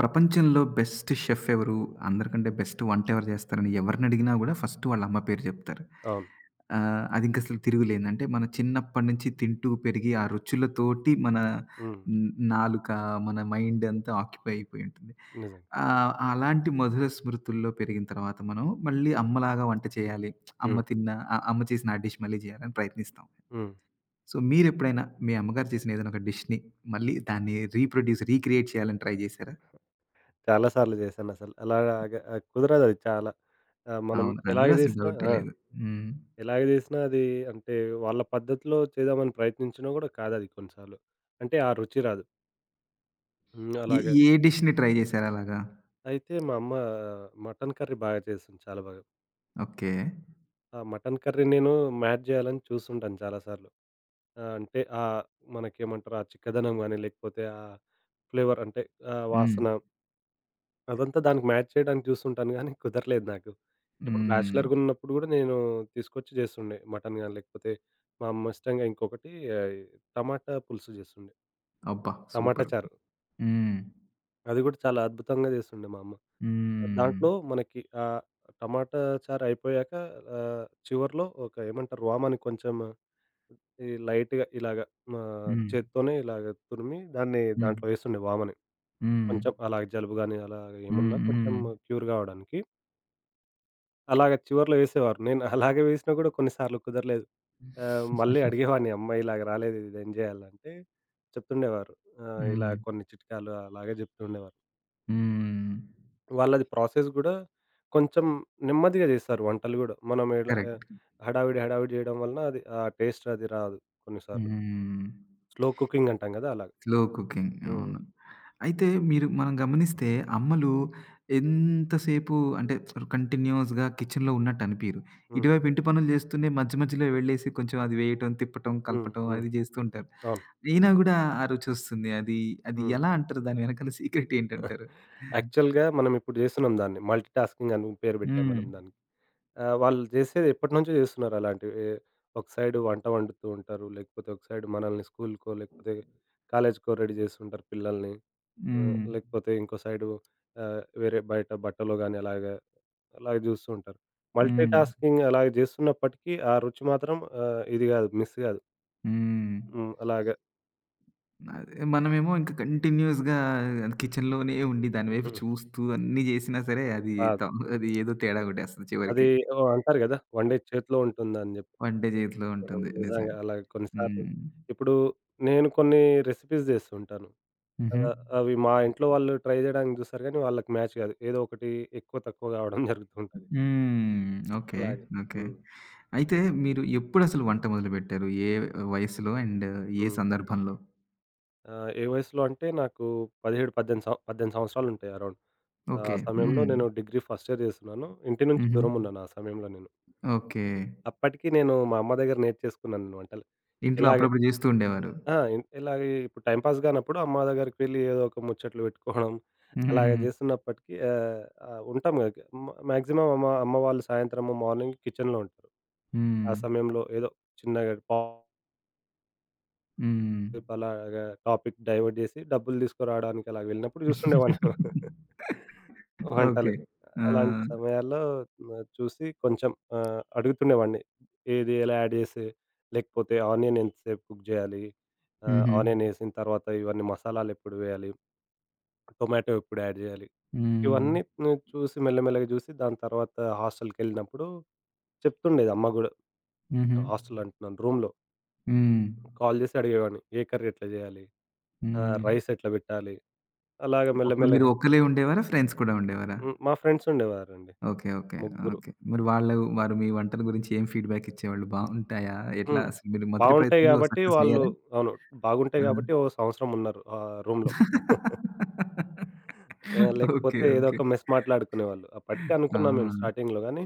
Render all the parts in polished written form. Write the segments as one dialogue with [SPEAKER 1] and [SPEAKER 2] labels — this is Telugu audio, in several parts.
[SPEAKER 1] ప్రపంచంలో బెస్ట్ షెఫ్ ఎవరు? అందరికంటే బెస్ట్ వంట ఎవరు చేస్తారని ఎవరినడిగినా గూడా ఫస్ట్ వాళ్ళ అమ్మ పేరు జెప్తారు.
[SPEAKER 2] అవును.
[SPEAKER 1] అదింకసలు తిరుగులేనిది. అంటే మన చిన్నప్పటి నుంచి తింటూ పెరిగి ఆ రుచులతోటి మన
[SPEAKER 2] హ్మ్.
[SPEAKER 1] న్ నాలుక, మన మైండ్ అంతా ఆక్యుపై అయిపోయి ఉంటుంది.
[SPEAKER 2] నిజంగా.
[SPEAKER 1] అలాంటి మధుర స్మృతుల్లో పెరిగిన తర్వాత మనం మళ్ళీ అమ్మలాగా వంట చేయాలి. అమ్మ
[SPEAKER 2] హ్మ్.
[SPEAKER 1] తిన్న అ అమ్మ చేసిన ఆ డిష్ మళ్ళీ జేయాలని ప్రయత్నిస్తాం.
[SPEAKER 2] హ్మ్.
[SPEAKER 1] సో, మీరెప్పుడైనా మీ అమ్మగారు చేసిన ఏదైనా ఒక డిష్‌ని మళ్ళీ దాన్ని రీప్రొడ్యూస్, రీక్రియేట్ చేయాలని ట్రై జేశారా?
[SPEAKER 2] చాలా సార్లు చేశానసలు. అలాగా కుదరదది చాలా. మనం
[SPEAKER 1] అవును.
[SPEAKER 2] ఎలాగ
[SPEAKER 1] అందులో అసలు
[SPEAKER 2] చేసినా
[SPEAKER 1] డౌటే
[SPEAKER 2] ఆ!
[SPEAKER 1] లేదు. హ్మ్.
[SPEAKER 2] ఎలాగ చేసినా అది అంటే వాళ్ళ పద్ధతిలో చేద్దామని ప్రయత్నించినా గూడా కాదది కొన్నిసార్లు. అంటే ఆ రుచి రాదు. హ్మ్.
[SPEAKER 1] ఏ
[SPEAKER 2] అలాగే.
[SPEAKER 1] ఏ డిష్‌ని ట్రై చేశారు అలాగా?
[SPEAKER 2] అయితే మా అమ్మ మటన్ కర్రీ బాగా చేస్తుంది చాలా బాగా.
[SPEAKER 1] ఓకే.
[SPEAKER 2] ఆ మటన్ కర్రీ నేను మ్యాచ్ జేయాలని చూస్తుంటాను చాలా సార్లు. ఆ! అంటే మనకేమంటారు ఆ చిక్కదనం గాని లేకపోతే ఆ ఫ్లేవర్ అంటే
[SPEAKER 1] హ్మ్.
[SPEAKER 2] వాసన అదంతా దానికి మ్యాచ్ చేయడానికి చూస్తుంటాను గానీ కుదరలేదు నాకు. ఇప్పుడు
[SPEAKER 1] హ్మ్.
[SPEAKER 2] బ్యాచిలర్‌గున్నప్పుడు గూడా నేను తీసుకొచ్చి జేస్తుండే. మటన్ గాని, లేకపోతే మా అమ్మ ఇష్టంగా ఇంకొకటి ఆహ్, టమాటా పులుసు జేస్తుండే.
[SPEAKER 1] అబ్బా!
[SPEAKER 2] టమాటా
[SPEAKER 1] సూపర్.
[SPEAKER 2] చారు.
[SPEAKER 1] హ్మ్.
[SPEAKER 2] అది గూడా చాలా అద్భుతంగా జేస్తుండే మా అమ్మ.
[SPEAKER 1] హ్మ్.
[SPEAKER 2] దాంట్లో మనకి టమాటా చారు అయిపోయాక చివర్లో ఒక ఏమంటారు? వామని కొంచెం ఈ లైట్‌గా ఇలాగ మా
[SPEAKER 1] హ్మ్.
[SPEAKER 2] చేత్తోనే ఇలాగ తురిమి దాన్ని
[SPEAKER 1] హ్మ్.
[SPEAKER 2] దాంట్లో వేస్తుండే వామని.
[SPEAKER 1] హ్మ్.
[SPEAKER 2] కొంచెం అలాగ జలుబు గాని అలాగ
[SPEAKER 1] హ్మ్.
[SPEAKER 2] ఏమున్నా కొంచెం
[SPEAKER 1] హ్మ్.
[SPEAKER 2] క్యూర్ గావడానికి. అలాగ చివర్లో వేసేవారు. నేను అలాగే వేసినా గూడా కొన్నిసార్లు కుదరలేదు. మళ్ళీ అడిగేవాడిని "అమ్మ ఇలాగ రాలేదు ఇదేం జేయాలంటే" చెప్తుండేవారు. ఇలా
[SPEAKER 1] హ్మ్.
[SPEAKER 2] కొన్ని చిట్కాలు అలాగే జెప్తుండేవారు.
[SPEAKER 1] హ్మ్.
[SPEAKER 2] వాళ్ళది ప్రాసెస్ గూడా కొంచెం నెమ్మదిగా జేస్తారు వంటలు గూడా. మనం ఇలా
[SPEAKER 1] కరెక్ట్.
[SPEAKER 2] హడావిడి, హడావిడి జేయడం వలన అది ఆ టేస్ట్ అది రాదు కొన్నిసార్లు.
[SPEAKER 1] హ్మ్.
[SPEAKER 2] స్లో కుకింగ్ అంటాం గదా! అలాగ.
[SPEAKER 1] Slow cooking.
[SPEAKER 2] హ్మ్.
[SPEAKER 1] అవును. అయితే మనం గమనిస్తే అమ్మలు ఎంతసేపు అంటే కంటిన్యూయస్‌గా కిచెన్‌లో ఉన్నట్టు అనిపియరు.
[SPEAKER 2] హ్మ్.
[SPEAKER 1] ఇటువైపు ఇంటి పనులు చేస్తూనే మధ్య మధ్యలో వెళ్ళేసి కొంచెం అది వేయటం, తిప్పటం,
[SPEAKER 2] హ్మ్.
[SPEAKER 1] కలపటం
[SPEAKER 2] హ్మ్.
[SPEAKER 1] అది చేస్తూ ఉంటారు.
[SPEAKER 2] అవును.
[SPEAKER 1] అయినా గూడా ఆ రుచొస్తుంది. అది అది
[SPEAKER 2] హ్మ్.
[SPEAKER 1] ఎలా అంటారు? దాని వెనకాల సీక్రెట్ ఏంటంటారు?
[SPEAKER 2] యాక్చువల్‌గా మనం ఇప్పుడు జేస్తున్నాం దాన్ని. మల్టీ టాస్కింగ్ అని పేరు బెట్టాం
[SPEAKER 1] హ్మ్.
[SPEAKER 2] మనం దానికి. ఆ! వాళ్ళు జేసేది ఎప్పటినుంచో జేస్తున్నారు అలాంటివి. ఒక సైడ్ వంట వండుతూ ఉంటారు. లేకపోతే ఒక సైడ్ మనల్ని స్కూలుకో, లేకపోతే కాలేజీకో రెడీ జేస్తుంటారు పిల్లల్ని.
[SPEAKER 1] హ్మ్.
[SPEAKER 2] లేకపోతే ఇంకో సైడు వేరే బయట బట్టలో గాని అలాగా, అలాగే జూస్తూ ఉంటారు. మల్టీ
[SPEAKER 1] హ్మ్.
[SPEAKER 2] టాస్కింగ్ అలాగే జేస్తున్నప్పటికీ ఆ రుచి మాత్రం ఇది గాదు మిస్ గాదు.
[SPEAKER 1] హ్మ్.
[SPEAKER 2] హ్మ్. అలాగా
[SPEAKER 1] అదే మనమేమో ఇంక కంటిన్యూయస్‌గా కిచెన్‌లోనే ఉండి దాని వైపు చూస్తూ అన్నీ జేసినా సరే
[SPEAKER 2] రాదు.
[SPEAKER 1] త అది ఏదో తేడా కొట్టేస్తది
[SPEAKER 2] అది
[SPEAKER 1] చివరికి.
[SPEAKER 2] ఏదో అంటారు గదా! వండేది చేతిలో ఉంటుందని జెప్పి.
[SPEAKER 1] వంట చేతిలో ఉంటుంది. నిజమే.
[SPEAKER 2] నిజంగా అలాగే కొన్ని సార్లు
[SPEAKER 1] హ్మ్.
[SPEAKER 2] ఇప్పుడు నేను కొన్ని రెసిపీస్ జేస్తుంటాను. ఆ!
[SPEAKER 1] హుహు.
[SPEAKER 2] అవి మా ఇంట్లో వాళ్ళు ట్రై జేయడానికి జూస్తారు గానీ, వాళ్ళకి మ్యాచ్ గాదు. ఏదో ఒకటి ఎక్కువ, తక్కువ గావడం జరుగుతూ ఉంటది.
[SPEAKER 1] హ్మ్. ఓకే.
[SPEAKER 2] అలాగే.
[SPEAKER 1] ఓకే.
[SPEAKER 2] హ్మ్.
[SPEAKER 1] అయితే మీరు ఎప్పుడసలు వంట మొదలుపెట్టారు? ఏ వయసులో అండ్ ఏ
[SPEAKER 2] హ్మ్.
[SPEAKER 1] సందర్భంలో?
[SPEAKER 2] ఏ వయసులో అంటే నాకు 17, 18 సంవత్సరాలుంటాయి అరౌండ్. ఆ
[SPEAKER 1] ఓకే.
[SPEAKER 2] సమయంలో
[SPEAKER 1] హ్మ్.
[SPEAKER 2] నేను డిగ్రీ ఫస్ట్ ఇయర్ జేస్తున్నాను. ఇంటి నుంచి
[SPEAKER 1] హుహు.
[SPEAKER 2] దూరమున్నాను ఆ సమయంలో నేను.
[SPEAKER 1] ఓకే.
[SPEAKER 2] అప్పటికి నేను మా అమ్మ దగ్గర నేర్చేసుకున్నాను వంటలు.
[SPEAKER 1] ఇంట్లో
[SPEAKER 2] ఇలాగే
[SPEAKER 1] అప్పుడప్పుడు జేస్తూ ఉండేవారు.
[SPEAKER 2] ఆ! ఇలాగే ఇప్పుడు టైమ్ పాస్ గానప్పుడు అమ్మ దగ్గరికి వెళ్లి ఏదో ఒక ముచ్చట్లు పెట్టుకోవడం అలాగే
[SPEAKER 1] హుహుహుహు.
[SPEAKER 2] జేస్తున్నప్పటికీ ఆహ్, ఆహ్, ఉంటాం గదా! మాక్సిమం అమ్మ అమ్మ వాళ్ళు సాయంత్రము, మార్నింగ్ కిచెన్‌లో ఉంటారు.
[SPEAKER 1] హ్మ్.
[SPEAKER 2] ఆ సమయంలో ఏదో చిన్నగా పాప్
[SPEAKER 1] హ్మ్.
[SPEAKER 2] అలాగా టాపిక్ డైవర్ట్ జేసి డబ్బులు తీసుకురావడానికి అలాగ వెళ్ళినప్పుడు చూస్తుండేవాడిని.
[SPEAKER 1] ఓకే.
[SPEAKER 2] వంటలు.
[SPEAKER 1] ఆ!
[SPEAKER 2] అలాంటి సమయాల్లో చూసి కొంచెం అడుగుతుండేవాడిని. ఏది ఎలా యాడ్ జేసి, లేకపోతే ఆనియన్ ఎంతసేపు కుక్ జేయాలి?
[SPEAKER 1] హుహు.
[SPEAKER 2] ఆనియన్ ఏసిన తర్వాత ఇవన్నీ మసాలాలెప్పుడు వేయాలి? టొమాటో ఎప్పుడు యాడ్ జేయాలి?
[SPEAKER 1] హ్మ్.
[SPEAKER 2] ఇవన్నీ నేను చూసి మెల్లమెల్లగా జూసి దాని తర్వాత హాస్టల్‌కెళ్ళినప్పుడు చెప్తుండేది అమ్మ గూడా.
[SPEAKER 1] హుహు.
[SPEAKER 2] హాస్టల్ అంటున్నాను రూమ్‌లో.
[SPEAKER 1] హ్మ్.
[SPEAKER 2] కాల్ జేసి అడిగేవాడిని. ఏ కర్రీ ఎట్లా జేయాలి?
[SPEAKER 1] హ్మ్.
[SPEAKER 2] రైస్ ఎట్లా బెట్టాలి? అలాగ
[SPEAKER 1] అప్పుడు మీరు
[SPEAKER 2] మెల్లమెల్లగా
[SPEAKER 1] ఒక్కలే ఉండేవారా? ఫ్రెండ్స్ కూడా ఉండేవారా?
[SPEAKER 2] హ్మ్. మా ఫ్రెండ్స్ ఉండేవారండి
[SPEAKER 1] ఓకే. ఓకే.
[SPEAKER 2] ముగ్గురు.
[SPEAKER 1] ఓకే. మరి వారు మీ వంటల గురించి ఏం ఫీడ్‌బ్యాక్ ఇచ్చేవాళ్ళు? బావుంటాయా? ఎట్లా
[SPEAKER 2] హ్మ్.
[SPEAKER 1] అసలు మీరు మొదటి
[SPEAKER 2] బావుంటాయి
[SPEAKER 1] ప్రయత్నంలో
[SPEAKER 2] గాబట్టి
[SPEAKER 1] సక్సెస్
[SPEAKER 2] వాళ్ళు
[SPEAKER 1] అయ్యారా?
[SPEAKER 2] అవును.
[SPEAKER 1] ఆ!
[SPEAKER 2] బాగుంటాయి గాబట్టి ఓ సంవత్సరం ఉన్నారు ఆ రూమ్‌లో. ఆ!
[SPEAKER 1] ఓకే.
[SPEAKER 2] లేకపోతే ఏదో
[SPEAKER 1] ఓకే.
[SPEAKER 2] ఒక మెస్ మాట్లాడుకునేవాళ్ళు. అప్పటికే
[SPEAKER 1] ఆ!
[SPEAKER 2] అనుకున్నాం మేము స్టార్టింగ్‌లో గానీ,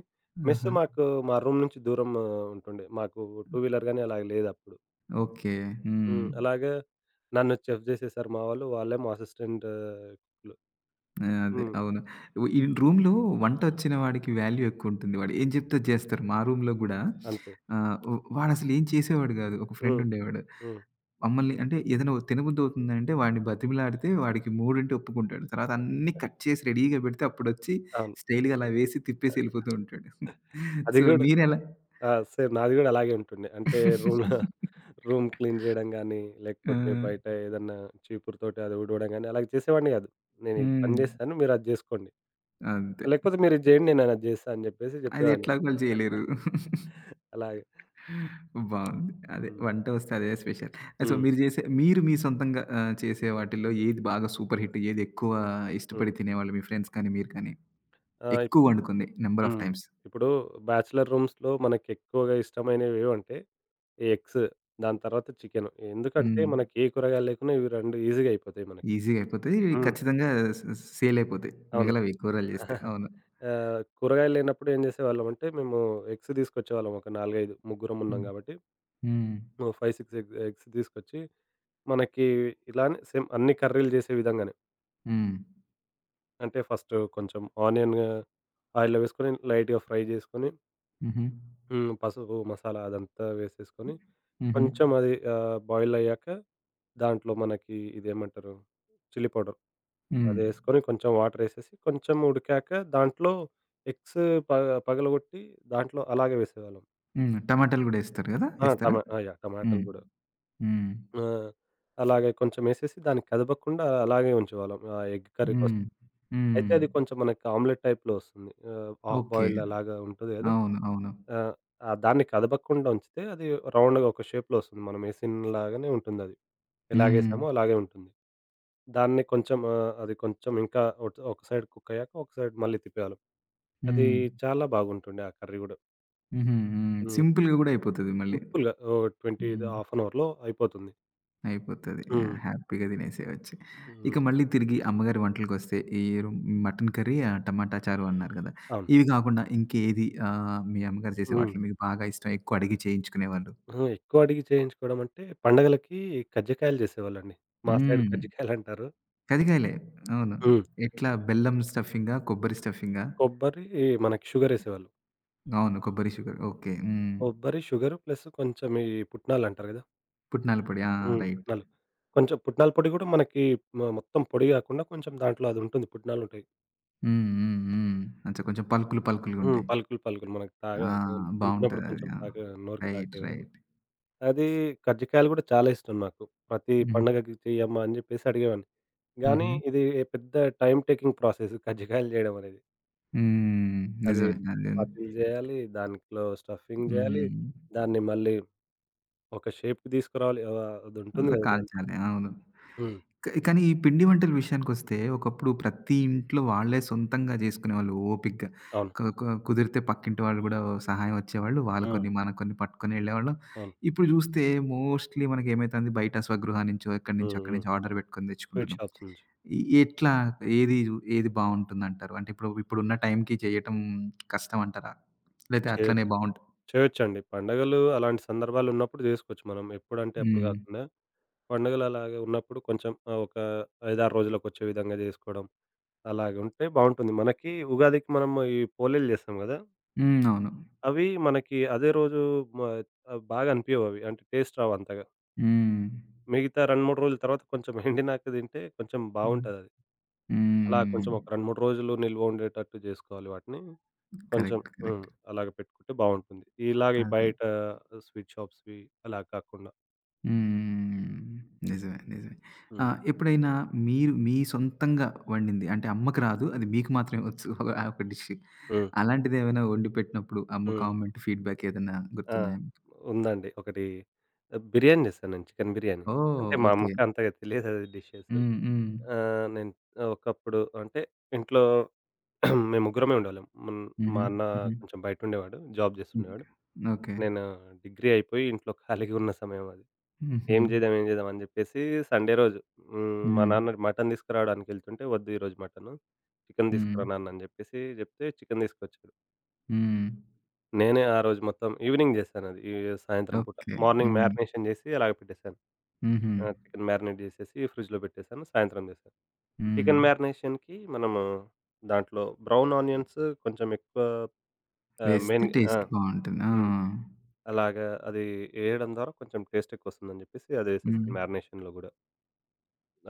[SPEAKER 2] మెస్
[SPEAKER 1] ఆహా!
[SPEAKER 2] మాకు మా రూమ్ నుంచి దూరం ఆ, ఉంటుండే. మాకు టూ వీలర్ గానీ అలాగ లేదప్పుడు.
[SPEAKER 1] ఓకే. హ్మ్.
[SPEAKER 2] హ్మ్. అలాగే నన్ను చెఫ్ జేసేసారు మా వాళ్ళు. వాళ్ళేమో అసిస్టెంట్ కుక్‌లు.
[SPEAKER 1] ఆ! అదే.
[SPEAKER 2] హ్మ్.
[SPEAKER 1] అవును. ఈ రూమ్‌లో వంటొచ్చిన వాడికి వాల్యూ ఎక్కువుంటుంది. వాడు ఏం జెప్తే అది జేస్తారు. మా రూమ్‌లో గూడా
[SPEAKER 2] అంతే.
[SPEAKER 1] ఆహ్, వ్ వాడసలు ఏం చేసేవాడు గాదు. ఒక ఫ్రెండ్
[SPEAKER 2] హ్మ్.
[SPEAKER 1] ఉండేవాడు.
[SPEAKER 2] హ్మ్.
[SPEAKER 1] మమ్మల్ని అంటే ఏదైనా తినబుద్దవుతుందంటే వాడిని బతిమిలాడితే వాడికి మూడింటే ఒప్పుకుంటాడు. తర్వాత అన్నీ కట్ చేసి రెడీగా బెడితే అప్పుడొచ్చి
[SPEAKER 2] అవును.
[SPEAKER 1] స్టైల్‌గా అలా వేసి తిప్పేసి ఎళ్ళిపోతూ ఉంటాడు.
[SPEAKER 2] అది
[SPEAKER 1] సో,
[SPEAKER 2] గూడా
[SPEAKER 1] మీరెలా
[SPEAKER 2] ఆ! సేమ్ నాది గూడా అలాగే ఉంటుండే. అంటే రూమ్ రూమ్ క్లీన్ జేయడం గానీ,
[SPEAKER 1] ఆ!
[SPEAKER 2] లేకపోతే బయట ఏదన్నా చీపురుతోటి అది ఊడవడం గానీ, అలాగ చేసేవాడిని గాదు. నేను ఈ పని
[SPEAKER 1] హ్మ్.
[SPEAKER 2] జేశాను మీరది జేసుకోండి.
[SPEAKER 1] అంతే.
[SPEAKER 2] లేకపోతే మీరిది జేయండి నేనది జేస్తా అని జెప్పేసి
[SPEAKER 1] అది
[SPEAKER 2] జెప్పేవాడిని.
[SPEAKER 1] ఎట్లాగో వాళ్ళు చేయలేరు.
[SPEAKER 2] అలాగే.
[SPEAKER 1] బావుంది. అదే
[SPEAKER 2] హ్మ్.
[SPEAKER 1] వంట వస్తే అదే స్పెషల్. సో,
[SPEAKER 2] హ్మ్.
[SPEAKER 1] మీరు మీ సొంతంగా చేసే వాటిల్లో ఏది బాగా సూపర్ హిట్? ఏది ఎక్కువ
[SPEAKER 2] హ్మ్.
[SPEAKER 1] ఇష్టపడి తినేవాళ్ళు మీ ఫ్రెండ్స్ కానీ, మీరు కానీ?
[SPEAKER 2] ఆ!
[SPEAKER 1] ఎక్కువ వండుకుంది నంబర్ ఆఫ్
[SPEAKER 2] హ్మ్.
[SPEAKER 1] టైమ్స్.
[SPEAKER 2] ఇప్పుడు బ్యాచిలర్ రూమ్స్‌లో మనకెక్కువగా ఇష్టమైనవేవంటే ఈ ఎగ్స్, దాని తర్వాత చికెను. ఎందుకంటే
[SPEAKER 1] హ్మ్.
[SPEAKER 2] మనకి ఏ కూరగాయలు లేకున్నా ఇవి 2 ఈజీగా అయిపోతాయి మనకి.
[SPEAKER 1] ఈజీగా అయిపోతాయి.
[SPEAKER 2] హ్మ్.
[SPEAKER 1] ఖచ్చితంగా స సేల్ అయిపోతాయి.
[SPEAKER 2] అవును.
[SPEAKER 1] మిగలవి కూరలు చేస్తే. అవును.
[SPEAKER 2] కూరగాయలు లేనప్పుడు ఏం చేసేవాళ్ళమంటే మేము ఎగ్స్ తీసుకొచ్చేవాళ్ళం ఒక 4, 5 ముగ్గురం ఉన్నాం
[SPEAKER 1] హ్మ్.
[SPEAKER 2] కాబట్టి.
[SPEAKER 1] హ్మ్.
[SPEAKER 2] ఓ 5, 6 ఎగ్స్ తీసుకొచ్చి మనకి ఇలానే సేమ్ అన్ని కర్రీలు చేసే విధంగానే.
[SPEAKER 1] హ్మ్.
[SPEAKER 2] అంటే ఫస్ట్ కొంచెం ఆనియన్ ఆయిల్‌లో వేసుకొని లైట్‌గా ఫ్రై చేసుకొని
[SPEAKER 1] హుహు.
[SPEAKER 2] హ్మ్. పసుపు, మసాలా అదంతా వేసేసుకొని
[SPEAKER 1] హుహు.
[SPEAKER 2] కొంచెం అది బాయిల్ అయ్యాక దాంట్లో మనకి ఇదేమంటారు చిల్లీ పౌడర్.
[SPEAKER 1] హ్మ్.
[SPEAKER 2] అదేసుకొని కొంచెం వాటరేసేసి కొంచెం ఉడికాక దాంట్లో ఎగ్స్ పగలగొట్టి దాంట్లో అలాగే వేసేవాళ్ళం.
[SPEAKER 1] హ్మ్. టమాటాలు గూడా ఏస్తారు గదా!
[SPEAKER 2] ఆ!
[SPEAKER 1] ఏస్తారా?
[SPEAKER 2] ఆ! యాహ్! టమాటాలు
[SPEAKER 1] హ్మ్.
[SPEAKER 2] గూడా.
[SPEAKER 1] హ్మ్.
[SPEAKER 2] ఆ! అలాగే కొంచెమేసేసి దాన్ని కదపకుండా అలాగే ఉంచేవాళ్ళం. ఆ ఎగ్ కర్రీ
[SPEAKER 1] హ్మ్.
[SPEAKER 2] కోసం.
[SPEAKER 1] హ్మ్.
[SPEAKER 2] అయితే అది కొంచెం మనకి ఆమ్లెట్ టైప్‌లో వస్తుంది. Half
[SPEAKER 1] okay.
[SPEAKER 2] బాయిల్డ్ అలాగా ఉంటది గదా!
[SPEAKER 1] అవును. అవును.
[SPEAKER 2] ఆ! ఆ దాన్ని కదపకుండా ఉంచితే అది రౌండ్‌గా ఒక షేప్‌లో వస్తుంది. మనమేసినలాగానే ఉంటుందది.
[SPEAKER 1] హ్మ్.
[SPEAKER 2] ఎలాగేసామో అలాగే ఉంటుంది. దాన్ని కొంచెం అది కొంచెం ఇంకా ఒక సైడ్ కుక్కయ్యాక, ఒక సైడ్ మళ్ళీ తిప్పేవాళ్ళం. అది
[SPEAKER 1] హ్మ్.
[SPEAKER 2] చాలా బాగుంటుండే ఆ కర్రీ గూడా.
[SPEAKER 1] హుహు. హ్మ్.
[SPEAKER 2] హ్మ్.
[SPEAKER 1] సింపుల్‌గా గూడా అయిపోతది మళ్ళీ.
[SPEAKER 2] సింపుల్‌గా ఓ 20
[SPEAKER 1] హ్మ్.
[SPEAKER 2] హాఫ్ అన్ అవర్‌లో అయిపోతుంది.
[SPEAKER 1] అయిపోతది. ఆ!
[SPEAKER 2] హ్మ్.
[SPEAKER 1] హ్యాపీగా తినేసేయొచ్చు. ఇక
[SPEAKER 2] హ్మ్.
[SPEAKER 1] మళ్ళీ తిరిగి అమ్మగారి వంటలకొస్తే ఈ రు మటన్ కర్రీ, టమాటా చారు అన్నారు గదా!
[SPEAKER 2] అవును.
[SPEAKER 1] ఇవి కాకుండా ఇంకేది మీ అమ్మగారు చేసే
[SPEAKER 2] హ్మ్.
[SPEAKER 1] వాటిలో మీకు బాగా ఇష్టం ఎక్కువ అడిగి చేయించుకునేవాళ్ళు?
[SPEAKER 2] అహా! ఎక్కువ అడిగి చేయించుకోవడం అంటే పండగలకి కజ్జికాయలు చేసేవాళ్ళండి. మా సైడ్
[SPEAKER 1] హ్మ్.
[SPEAKER 2] కజ్జికాయలంటారు.
[SPEAKER 1] కజ్జికాయలే. అవును.
[SPEAKER 2] హ్మ్.
[SPEAKER 1] ఎట్లా బెల్లం స్టఫింగా? కొబ్బరి స్టఫింగా?
[SPEAKER 2] కొబ్బరి మనకి షుగరేసేవాళ్ళు.
[SPEAKER 1] అవును. కొబ్బరి షుగర్. ఓకే. హ్మ్.
[SPEAKER 2] కొబ్బరి, షుగర్ ప్లస్ కొంచెం ఈ పుట్నాలంటారు కదా!
[SPEAKER 1] పుట్నాల పొడి. ఆ!
[SPEAKER 2] హ్మ్.
[SPEAKER 1] రైట్.
[SPEAKER 2] పుట్నాలు. కొంచెం పుట్నాల పొడి కూడా మనకి మొత్తం పొడి కాకుండా కొంచెం దాంట్లో అదుంటుంది పుట్నాలుంటాయి.
[SPEAKER 1] హ్మ్. హ్మ్. హ్మ్. అచ్చా కొంచెం పలుకులు
[SPEAKER 2] హ్మ్.
[SPEAKER 1] పలుకులుగుంటాయి.
[SPEAKER 2] పలుకులు, పలుకులు మనకు తాగా
[SPEAKER 1] ఆ!
[SPEAKER 2] తింటున్నప్పుడు
[SPEAKER 1] బావుంటదది.
[SPEAKER 2] కొంచెం
[SPEAKER 1] ఆ!
[SPEAKER 2] తాగే నోరుకి
[SPEAKER 1] రైట్.
[SPEAKER 2] తాకే విధంగా.
[SPEAKER 1] రైట్.
[SPEAKER 2] అది కజ్జికాయలు కూడా చాలా ఇష్టం నాకు. ప్రతి
[SPEAKER 1] హుహు.
[SPEAKER 2] పండగకి చెయ్యమ్మా అని చెప్పేసి అడిగేవాడిని. కానీ
[SPEAKER 1] హుహు.
[SPEAKER 2] ఇది పెద్ద టైమ్ టేకింగ్ ప్రాసెస్ కజ్జికాయలు చేయడం అనేది.
[SPEAKER 1] హ్మ్.
[SPEAKER 2] అది
[SPEAKER 1] నిజమే. అది
[SPEAKER 2] చపాతీలు జేయాలి. దాంట్లో స్టఫింగ్ జేయాలి.
[SPEAKER 1] హ్మ్.
[SPEAKER 2] దాన్ని మళ్ళీ ఒక షేప్‌కి తీసుకురావాలి. అది ఉంటుంది
[SPEAKER 1] అలా
[SPEAKER 2] గదా! దాన్ని
[SPEAKER 1] కాల్చాలి. అవును.
[SPEAKER 2] హ్మ్.
[SPEAKER 1] కానీ ఈ పిండి వంటల విషయానికొస్తే ఒకప్పుడు ప్రతి ఇంట్లో వాళ్ళే సొంతంగా జేసుకునేవాళ్ళు ఓపికగా.
[SPEAKER 2] అవును.
[SPEAKER 1] క క కుదిరితే పక్కింటి వాళ్ళు గూడా సహాయం వచ్చేవాళ్ళు. వాళ్ళు
[SPEAKER 2] హ్మ్.
[SPEAKER 1] కొన్ని, మనం కొన్ని పట్టుకొని ఎళ్ళేవాళ్ళం.
[SPEAKER 2] అవును.
[SPEAKER 1] ఇప్పుడు జూస్తే మోస్ట్‌లీ మనకేమైతుంది బయట స్వగృహా నుంచో ఎక్కడి నుంచో
[SPEAKER 2] హ్మ్.
[SPEAKER 1] అక్కడి
[SPEAKER 2] హ్మ్.
[SPEAKER 1] నుంచి ఆర్డర్ పెట్టుకొని
[SPEAKER 2] స్వీట్
[SPEAKER 1] తెచ్చుకుంటున్నాం.
[SPEAKER 2] షాప్స్ నుంచి
[SPEAKER 1] ఎట్లా? ఏది ఏది బావుంటుందంటారు? అంటే ఇప్పుడున్న టైంకి చేయటం కష్టం అంటారా? లేతే అట్లనే
[SPEAKER 2] చేయొచ్చు.
[SPEAKER 1] బావుంటు
[SPEAKER 2] చేయొచ్చండి. పండగలు అలాంటి సందర్భాలున్నప్పుడు జేసుకోవచ్చు మనం. ఎప్పుడంటే అప్పుడు
[SPEAKER 1] హ్మ్.
[SPEAKER 2] గాకుండా పండుగలు అలాగా ఉన్నప్పుడు కొంచెం ఒక 5, 6 రోజులకొచ్చే విధంగా జేసుకోవడం. అలాగుంటే బావుంటుంది. మనకి ఉగాదికి మనం ఈ పోలేలు జేస్తాం గదా!
[SPEAKER 1] హ్మ్. అవును.
[SPEAKER 2] అవి మనకి అదే రోజు మ బాగా అనిపియవవి. అంటే టేస్ట్ రావు అంతగా.
[SPEAKER 1] హ్మ్.
[SPEAKER 2] మిగతా 2, 3 రోజుల తర్వాత కొంచెం ఎండినాక తింటే కొంచెం
[SPEAKER 1] హ్మ్.
[SPEAKER 2] బావుంటదది. అలా
[SPEAKER 1] హ్మ్.
[SPEAKER 2] కొంచెం ఒక 2, 3 రోజులు నిల్వ ఉండేటట్టు జేసుకోవాలి వాటిని. కొంచెం
[SPEAKER 1] కరెక్ట్.
[SPEAKER 2] హ్మ్.
[SPEAKER 1] కరెక్ట్.
[SPEAKER 2] అలాగ పెట్టుకుంటే బావుంటుంది. ఇలాగ ఈ
[SPEAKER 1] అదే.
[SPEAKER 2] బయట స్వీట్ షాప్స్‌వి అలా కాకుండా.
[SPEAKER 1] హ్మ్. నిజమే. నిజమే. ఆ!
[SPEAKER 2] హ్మ్.
[SPEAKER 1] ఎప్పుడైనా మీరు మీ సొంతంగా వండింది అంటే అమ్మకి రాదు. అది మీకు మాత్రమే వచ్చు. ఆ ఒక డిష్.
[SPEAKER 2] హ్మ్.
[SPEAKER 1] అలాంటిదేమైనా వండి పెట్టినప్పుడు అమ్మ
[SPEAKER 2] హ్మ్.
[SPEAKER 1] కామెంట్, ఫీడ్‌బ్యాక్ ఏదన్నా
[SPEAKER 2] ఆ!
[SPEAKER 1] గుర్తున్నాయా మీకు?
[SPEAKER 2] ఉందండి. ఒకటి ఆ, బిర్యానీ జేశాను నేను. చికెన్ బిర్యానీ.
[SPEAKER 1] ఓహ్!
[SPEAKER 2] అంటే మా
[SPEAKER 1] ఓకే.
[SPEAKER 2] అమ్మకి అంతగా తెలియదది డిషెస్.
[SPEAKER 1] హ్మ్. హ్మ్.
[SPEAKER 2] నేను ఒకప్పుడు అంటే ఇంట్లో మేము ముగ్గురమే ఉండేవాళ్ళం. హ్మ్. మా
[SPEAKER 1] హుహు.
[SPEAKER 2] అన్న
[SPEAKER 1] హుహు.
[SPEAKER 2] కొంచెం బయటుండేవాడు. జాబ్ జేస్తుండేవాడు.
[SPEAKER 1] ఓకే. ఓకే.
[SPEAKER 2] నేను డిగ్రీ అయిపోయి ఇంట్లో ఖాళీగా ఉన్న సమయం అది.
[SPEAKER 1] హుహు.
[SPEAKER 2] ఏం చేద్దాం, ఏం చేద్దాం అని చెప్పేసి సండే రోజు హ్మ్, మా
[SPEAKER 1] హ్మ్.
[SPEAKER 2] నాన్న మటన్ తీసుకురావడానికి వెళ్తుంటే, "వద్దు ఈరోజు మటను. చికెన్
[SPEAKER 1] హ్మ్.
[SPEAKER 2] తీసుకురా నాన్న" అని చెప్పేసి చెప్తే చికెన్ తీసుకొచ్చాడు.
[SPEAKER 1] హ్మ్.
[SPEAKER 2] నేనే ఆ రోజు మొత్తం ఈవినింగ్ చేశానది. ఈ సాయంత్రం పూట.
[SPEAKER 1] ఓకే.
[SPEAKER 2] మార్నింగ్
[SPEAKER 1] హ్మ్.
[SPEAKER 2] మ్యారినేషన్ చేసి అలాగే పెట్టేసాను.
[SPEAKER 1] హుహు.
[SPEAKER 2] ఆ! చికెన్ మ్యారినేట్ చేసేసి ఫ్రిడ్జ్‌లో పెట్టేసాను. సాయంత్రం చేశాను.
[SPEAKER 1] హ్మ్.
[SPEAKER 2] చికెన్ మ్యారినేషన్‌కి మనము దాంట్లో బ్రౌన్ ఆనియన్స్ కొంచెం ఎక్కువ
[SPEAKER 1] వేస్తే
[SPEAKER 2] మెయిన్ ఆ!
[SPEAKER 1] టేస్ట్ బావుంటుంది. ఆ!
[SPEAKER 2] హ్మ్. అలాగా అది ఏయడం ద్వారా కొంచెం టేస్ట్ ఎక్కువొస్తుందని జెప్పేసి
[SPEAKER 1] హ్మ్.
[SPEAKER 2] అదేసేసాను మ్యారినేషన్‌లో గూడా.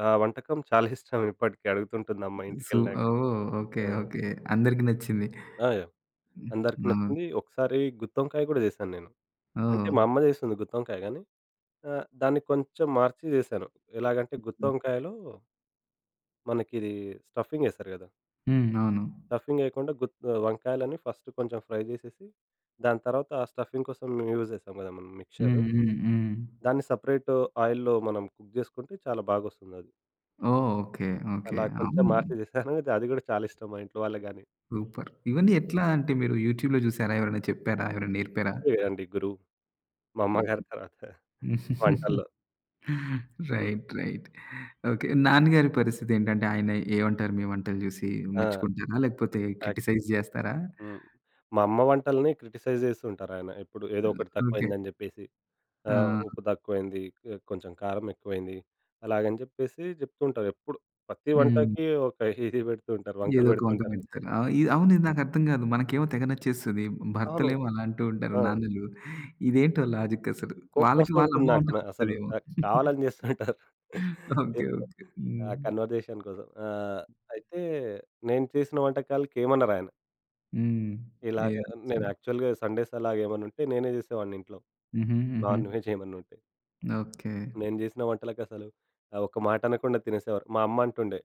[SPEAKER 2] ఆ వంటకం చాలా ఇష్టం ఇప్పటికి అడుగుతుంటుంది అమ్మ
[SPEAKER 1] సు
[SPEAKER 2] ఇంటికెళ్ళినాక.
[SPEAKER 1] ఓహ్! ఓకే.
[SPEAKER 2] ఆ!
[SPEAKER 1] ఓకే. అందరికి నచ్చింది.
[SPEAKER 2] ఆ! యాహ్!
[SPEAKER 1] హ్మ్.
[SPEAKER 2] అందరికి
[SPEAKER 1] అవును.
[SPEAKER 2] నచ్చింది. ఒకసారి గుత్తొంకాయ గూడా జేశాను నేను. అంటే
[SPEAKER 1] ఓహ్!
[SPEAKER 2] మా అమ్మ జేస్తుంది గుత్తొంకాయ గానీ, దాన్ని కొంచెం మార్చి జేశాను. ఎలాగంటే గుత్తొంకాయలో మనకిది స్టఫింగ్ యేస్తారు గదా!
[SPEAKER 1] హ్మ్. అవును.
[SPEAKER 2] స్టఫింగ్ యేయకుండా గుత్ వంకాయలని ఫస్ట్ కొంచెం ఫ్రై జేసేసి, దాని తర్వాత ఆ స్టఫింగ్ కోసం యూజ్ జేస్తాం గదా! మనం మిక్చరు
[SPEAKER 1] హ్మ్. హ్మ్. హ్మ్.
[SPEAKER 2] దాన్ని సెపరేట్ ఆయిల్‌లో మనం కుక్ జేసుకుంటే చాలా బాగొస్తుందది.
[SPEAKER 1] ఓహ్! ఓకే. ఓకే.
[SPEAKER 2] అలా కొంచెం
[SPEAKER 1] అవును.
[SPEAKER 2] మార్చి జేశాను. అది అది గూడా చాలా ఇష్టం మా ఇంట్లో వాళ్ళకి గాని.
[SPEAKER 1] సూపర్. ఇవన్నీ
[SPEAKER 2] హ్మ్.
[SPEAKER 1] ఎట్లా అంటే మీరు యూట్యూబ్‌లో చూసారా? ఎవరైనా చెప్పారా? ఎవరైనా నేర్పారా?
[SPEAKER 2] యూట్యూబే గదండీ గురువు. మా అమ్మగారి తర్వాత
[SPEAKER 1] ఎ
[SPEAKER 2] వంటల్లో. హ్మ్.
[SPEAKER 1] రైట్. రైట్. ఓకే. నాన్నగారి పరిస్థితేంటంటే, ఆయన ఏమంటారు మీ వంటలు జూసి?
[SPEAKER 2] ఆ!
[SPEAKER 1] మెచ్చుకుంటారా? లేకపోతే
[SPEAKER 2] యాక్
[SPEAKER 1] క్రిటిసైజ్ జేస్తారా?
[SPEAKER 2] హ్మ్. మా అమ్మ వంటల్ని క్రిటిసైజ్ జేస్తుంటారాయన ఎప్పుడు. ఏదో
[SPEAKER 1] ఆహ్,
[SPEAKER 2] ఒకటి
[SPEAKER 1] ఓకే.
[SPEAKER 2] తక్కువైందని జెప్పేసి. ఉప్పు
[SPEAKER 1] ఆ!
[SPEAKER 2] తక్కువైంది, కొంచెం కారం ఎక్కువైంది. అలాగని జెప్పేసి జెప్తుంటారు ఎప్పుడు. ప్రతి
[SPEAKER 1] హ్మ్.
[SPEAKER 2] వంటకి ఒక ఇది బెడుతూ ఉంటారు. వంకలు
[SPEAKER 1] ఏదో ఒక వంక
[SPEAKER 2] బెడుతుంటారు.
[SPEAKER 1] పెడతారు. ఇది అవును. ఇది నాకర్థం గాదు. మనకేమో తెగ నచ్చేస్తది.
[SPEAKER 2] అవును.
[SPEAKER 1] భర్తలేమో అలా అంటూ ఉంటారు
[SPEAKER 2] ఆ!
[SPEAKER 1] నాన్నలు. ఇదేంటో లాజిక్ అసలు. వాళ్ళకి
[SPEAKER 2] కోపమొస్తూ
[SPEAKER 1] వాళ్ళ
[SPEAKER 2] ఉంటుంది
[SPEAKER 1] అమ్మ వంట
[SPEAKER 2] నాకు. అసలు
[SPEAKER 1] నచ్చుతదేమో.
[SPEAKER 2] కావాలని చేస్తుంటారు.
[SPEAKER 1] ఓకే.
[SPEAKER 2] ఏదో
[SPEAKER 1] ఓకే.
[SPEAKER 2] ఆ
[SPEAKER 1] హ్మ్.
[SPEAKER 2] కన్వర్జేషన్ కోసం. అయితే నేను చేసిన వంటకాలకి ఏమనరాయన.
[SPEAKER 1] హ్మ్.
[SPEAKER 2] ఇలాగ
[SPEAKER 1] యాహ్!
[SPEAKER 2] నేను
[SPEAKER 1] హ్మ్.
[SPEAKER 2] యాక్చువల్‌గా సండేస్ అలాగేమన్నుంటే నేనే జేసేవాడిని ఇంట్లో.
[SPEAKER 1] హుహు. హుహు.
[SPEAKER 2] నాన్ వెజ్ ఏమన్నుంటే.
[SPEAKER 1] ఓకే.
[SPEAKER 2] నేను జేసిన వంటలకసలు ఒక్క మాట అనకుండా తినేసేవారు. మా అమ్మ అంటుండే.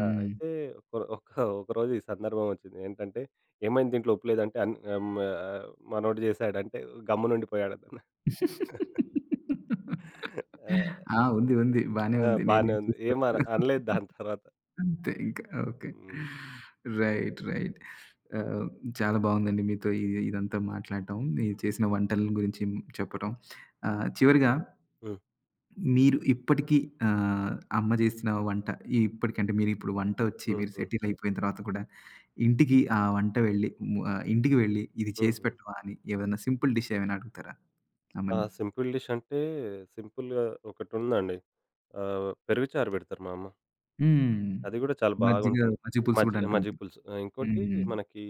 [SPEAKER 2] ఆ! అయితే ఒక ఒక ఒకరోజు ఈ సందర్భం వచ్చింది. ఏంటంటే, "ఏమైంది దీంట్లో ఉప్పు లేదంటే" ఆ, మనోడు జేసాడంటే గమ్మునుండిపోయాడతను. ఆ!
[SPEAKER 1] ఆ! ఉంది. ఉంది. బానే
[SPEAKER 2] ఆ!
[SPEAKER 1] ఉంది. నేనేం
[SPEAKER 2] బానే ఉంది. ఏమన
[SPEAKER 1] చూసుకోలేదు.
[SPEAKER 2] అనలేదు దాని తర్వాత.
[SPEAKER 1] అంతే ఇంకా. ఓకే.
[SPEAKER 2] హ్మ్.
[SPEAKER 1] రైట్. రైట్. ఆహ్, చాలా బావుందండి మీతో ఇదంతా మాట్లాడటం. మీరు చేసిన వంటల గురించి చెప్పటం. ఆహ్, చివరిగా
[SPEAKER 2] హ్మ్.
[SPEAKER 1] మీరు ఇప్పటికీ ఆహ్, అమ్మ చేసిన వంట ఇప్పటికంటే మీరిప్పుడు వంట వచ్చి
[SPEAKER 2] హ్మ్.
[SPEAKER 1] మీరు
[SPEAKER 2] హ్మ్.
[SPEAKER 1] సెటిల్ అయిపోయిన తర్వాత కూడా ఇంటికి ఆ వంట వెళ్ళి ము ఆహ్, ఇంటికి వెళ్ళి ఇది
[SPEAKER 2] హ్మ్.
[SPEAKER 1] చేసి
[SPEAKER 2] హ్మ్.
[SPEAKER 1] పెట్టవా అని ఏవన్నా సింపుల్ డిష్ ఏమైనా అడుగుతారా
[SPEAKER 2] ఆ!
[SPEAKER 1] అమ్మని?
[SPEAKER 2] సింపుల్ డిష్ అంటే సింపుల్‌గా ఒకటుందండి. పెరుగు చారు పెడతారు మా అమ్మ.
[SPEAKER 1] హ్మ్.
[SPEAKER 2] అది గూడా చాలా
[SPEAKER 1] మజ్జిగ,
[SPEAKER 2] బాగుంటుంది.
[SPEAKER 1] మజ్జిగ పులుసు గూడా
[SPEAKER 2] మజ్జిగ
[SPEAKER 1] అంటుంటారు.
[SPEAKER 2] పులుసు. ఇంకోటి
[SPEAKER 1] హ్మ్.
[SPEAKER 2] మనకి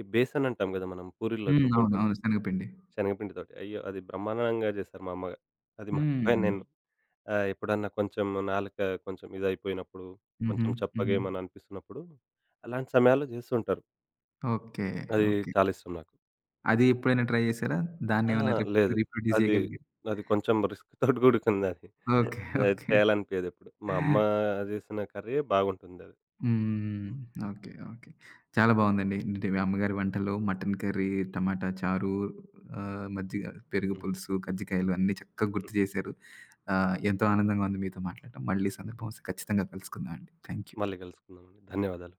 [SPEAKER 2] ఈ బేసన్ అంటాం గదా! మనం పూరీల్లో
[SPEAKER 1] హ్మ్. అవును.
[SPEAKER 2] తింటుంటాం
[SPEAKER 1] అవును. శనగపిండి.
[SPEAKER 2] శనగపిండితోటి. అయ్యో! అది బ్రహ్మాండంగా జేస్తారు మా అమ్మగా. అది మర్చిపోయాను
[SPEAKER 1] హ్మ్.
[SPEAKER 2] నేను. ఎప్పుడన్నా కొంచెం నాలుక కొంచెం ఇదయిపోయినప్పుడు,
[SPEAKER 1] హుహు.
[SPEAKER 2] కొంచెం
[SPEAKER 1] హుహు.
[SPEAKER 2] చప్పగేమని అనిపిస్తున్నప్పుడు అలాంటి సమయాల్లో జేస్తుంటారు.
[SPEAKER 1] ఓకే.
[SPEAKER 2] అది
[SPEAKER 1] ఓకే.
[SPEAKER 2] చాలా ఇష్టం నాకు.
[SPEAKER 1] అది ఎప్పుడైనా ట్రై జేసారా?
[SPEAKER 2] అహా!
[SPEAKER 1] దాన్నేమన్నా రిప్
[SPEAKER 2] లేదు.
[SPEAKER 1] రీప్రొడ్యూస్
[SPEAKER 2] అది,
[SPEAKER 1] జేయగలిగారా?
[SPEAKER 2] అది కొంచెం రిస్క్‌తోటి కూడుకుందది. అది
[SPEAKER 1] ఓకే.
[SPEAKER 2] అది
[SPEAKER 1] ఓకే.
[SPEAKER 2] చేయాలనిపియదెప్పుడు. మా అమ్మ జేసిన కర్రీయే బాగుంటుందది.
[SPEAKER 1] హ్మ్.
[SPEAKER 2] హ్మ్.
[SPEAKER 1] ఓకే. ఓకే. చాలా బావుందండి. అంటే మీ అమ్మగారి వంటలు, మటన్ కర్రీ, టమాటా చారు, ఆహ్, మజ్జిగ, పెరుగు
[SPEAKER 2] హ్మ్.
[SPEAKER 1] పులుసు, కజ్జికాయలు అన్నీ చక్కగా
[SPEAKER 2] హ్మ్.
[SPEAKER 1] గుర్తు జేశారు. ఆహ్, ఎంతో ఆనందంగా ఉంది మీతో మాట్లాడటం. మళ్ళీ సందర్భం వస్తే ఖచ్చితంగా కలుసుకుందాం అండి. Thank you.
[SPEAKER 2] మళ్ళీ కలుసుకుందామండి. ధన్యవాదాలు.